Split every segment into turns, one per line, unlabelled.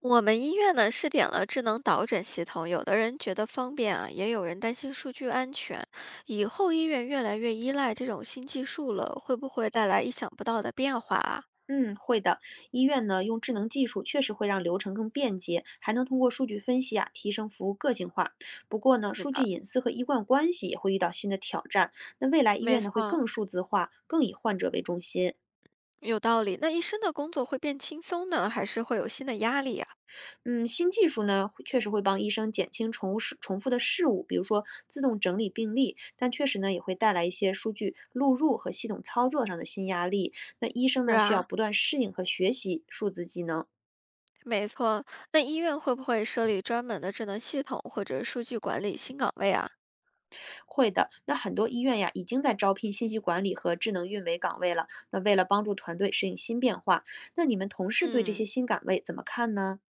我们医院呢试点了智能导诊系统，有的人觉得方便啊，也有人担心数据安全。以后医院越来越依赖这种新技术了，会不会带来意想不到的变化啊？
嗯，会的。医院呢，用智能技术确实会让流程更便捷，还能通过数据分析啊，提升服务个性化。不过呢，
是
数据
的，
隐私和医患关系也会遇到新的挑战。那未来医
没
院呢，会
错，
更数字化，更以患者为中心。
有道理。那医生的工作会变轻松呢，还是会有新的压力啊？
嗯，新技术呢，确实会帮医生减轻重事重复的事务，比如说自动整理病历，但确实呢，也会带来一些数据录入和系统操作上的新压力。那医生
是
呢，需要
啊，
不断适应和学习数字技能。
没错。那医院会不会设立专门的智能系统或者数据管理新岗位啊？
会的，那很多医院呀已经在招聘信息管理和智能运维岗位了。那为了帮助团队适应新变化，那你们同事对这些
嗯。
新岗位怎么看呢？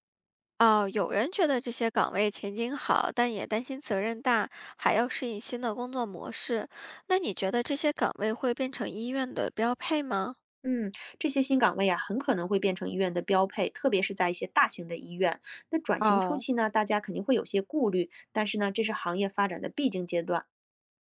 哦，有人觉得这些岗位前景好，但也担心责任大，还要适应新的工作模式。那你觉得这些岗位会变成医院的标配吗？
嗯，这些新岗位呀很可能会变成医院的标配，特别是在一些大型的医院。那转型初
哦，
期呢，大家肯定会有些顾虑，但是呢，这是行业发展的必经阶段。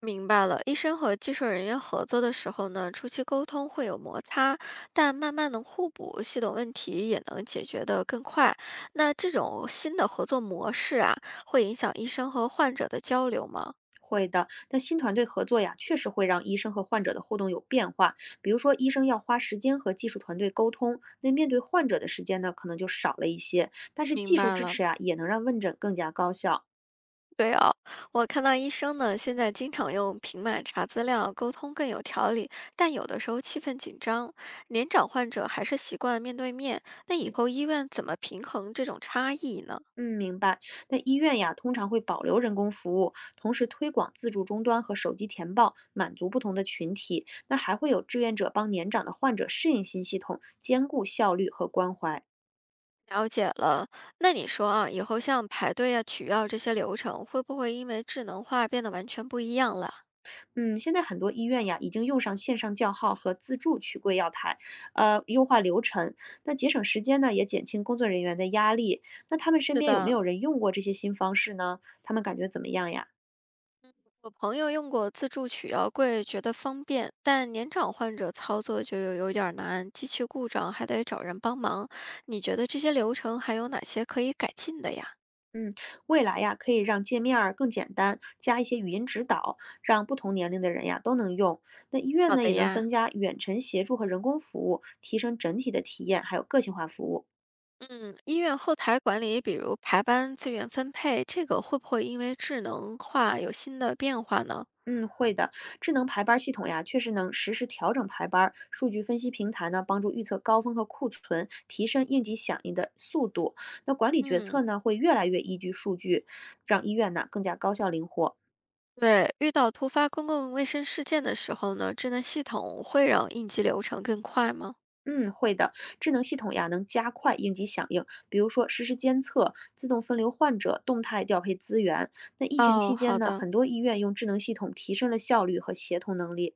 明白了。医生和技术人员合作的时候呢，初期沟通会有摩擦，但慢慢的互补，系统问题也能解决得更快。那这种新的合作模式啊，会影响医生和患者的交流吗？
会的，但新团队合作呀，确实会让医生和患者的互动有变化。比如说，医生要花时间和技术团队沟通，那面对患者的时间呢，可能就少了一些。但是
明
技术
白
支
了。
持呀，也能让问诊更加高效。
对哦，我看到医生呢，现在经常用平板查资料，沟通更有条理，但有的时候气氛紧张，年长患者还是习惯面对面。那以后医院怎么平衡这种差异呢？
嗯，明白。那医院呀，通常会保留人工服务，同时推广自助终端和手机填报，满足不同的群体。那还会有志愿者帮年长的患者适应新系统，兼顾效率和关怀。
了解了，那你说啊，以后像排队啊、取药这些流程，会不会因为智能化变得完全不一样了？
嗯，现在很多医院呀，已经用上线上叫号和自助取柜药台，优化流程。那节省时间呢，也减轻工作人员的压力。那他们身
是
边有没
的，
有人用过这些新方式呢？他们感觉怎么样呀？
我朋友用过自助取药柜，觉得方便，但年长患者操作就有点儿难，机器故障还得找人帮忙。你觉得这些流程还有哪些可以改进的呀？
嗯，未来呀，可以让界面儿更简单，加一些语音指导，让不同年龄的人呀都能用。那医院
好
呢，
的
也能
呀，
增加远程协助和人工服务，提升整体的体验，还有个性化服务。
嗯，医院后台管理，比如排班、资源分配，这个会不会因为智能化有新的变化呢？
嗯，会的。智能排班系统呀，确实能实时调整排班数据分析平台呢，帮助预测高峰和库存，提升应急响应的速度。那管理决策
嗯，
呢，会越来越依据数据，让医院呢更加高效灵活。
对，遇到突发公共卫生事件的时候呢，智能系统会让应急流程更快吗？
嗯，会的。智能系统呀，能加快应急响应，比如说实时监测、自动分流患者、动态调配资源。那疫情
哦，
期间
好
呢，
的。
很多医院用智能系统提升了效率和协同能力。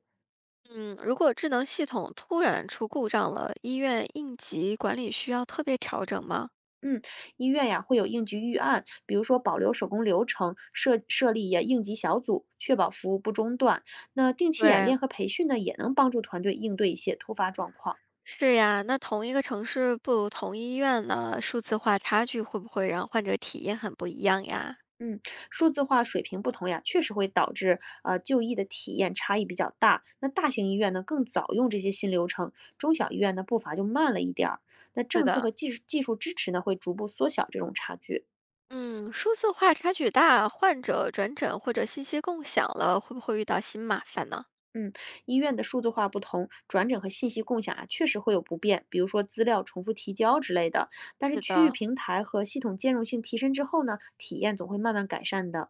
嗯，如果智能系统突然出故障了，医院应急管理需要特别调整吗？
嗯，医院呀会有应急预案，比如说保留手工流程，设立呀应急小组，确保服务不中断。那定期演
对，
练和培训呢，也能帮助团队应对一些突发状况。
是呀，那同一个城市不同医院呢，数字化差距会不会让患者体验很不一样呀？
嗯，数字化水平不同呀，确实会导致就医的体验差异比较大。那大型医院呢更早用这些新流程，中小医院呢步伐就慢了一点儿。那
是
政策
的，
和技术支持呢会逐步缩小这种差距。
嗯，数字化差距大，患者转诊或者信息共享了，会不会遇到新麻烦呢？
嗯，医院的数字化不同，转诊和信息共享啊，确实会有不便，比如说资料重复提交之类的。但是
是
区域
的，
平台和系统兼容性提升之后呢，体验总会慢慢改善的。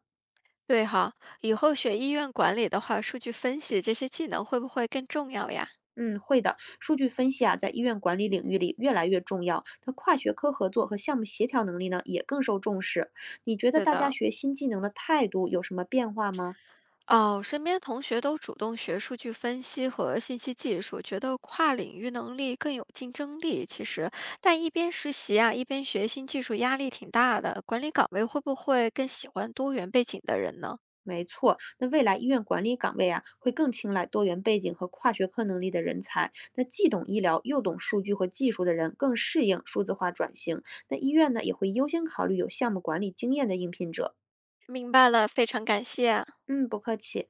对哈，以后学医院管理的话，数据分析这些技能会不会更重要呀？
嗯，会的。数据分析啊，在医院管理领域里越来越重要，它跨学科合作和项目协调能力呢，也更受重视。你觉得
是
大家
的。
学新技能的态度有什么变化吗？
哦，身边同学都主动学数据分析和信息技术，觉得跨领域能力更有竞争力。其实，但一边实习啊，一边学新技术，压力挺大的。管理岗位会不会更喜欢多元背景的人呢？
没错，那未来医院管理岗位啊，会更青睐多元背景和跨学科能力的人才。那既懂医疗又懂数据和技术的人，更适应数字化转型。那医院呢，也会优先考虑有项目管理经验的应聘者。
明白了，非常感谢啊。
嗯，不客气。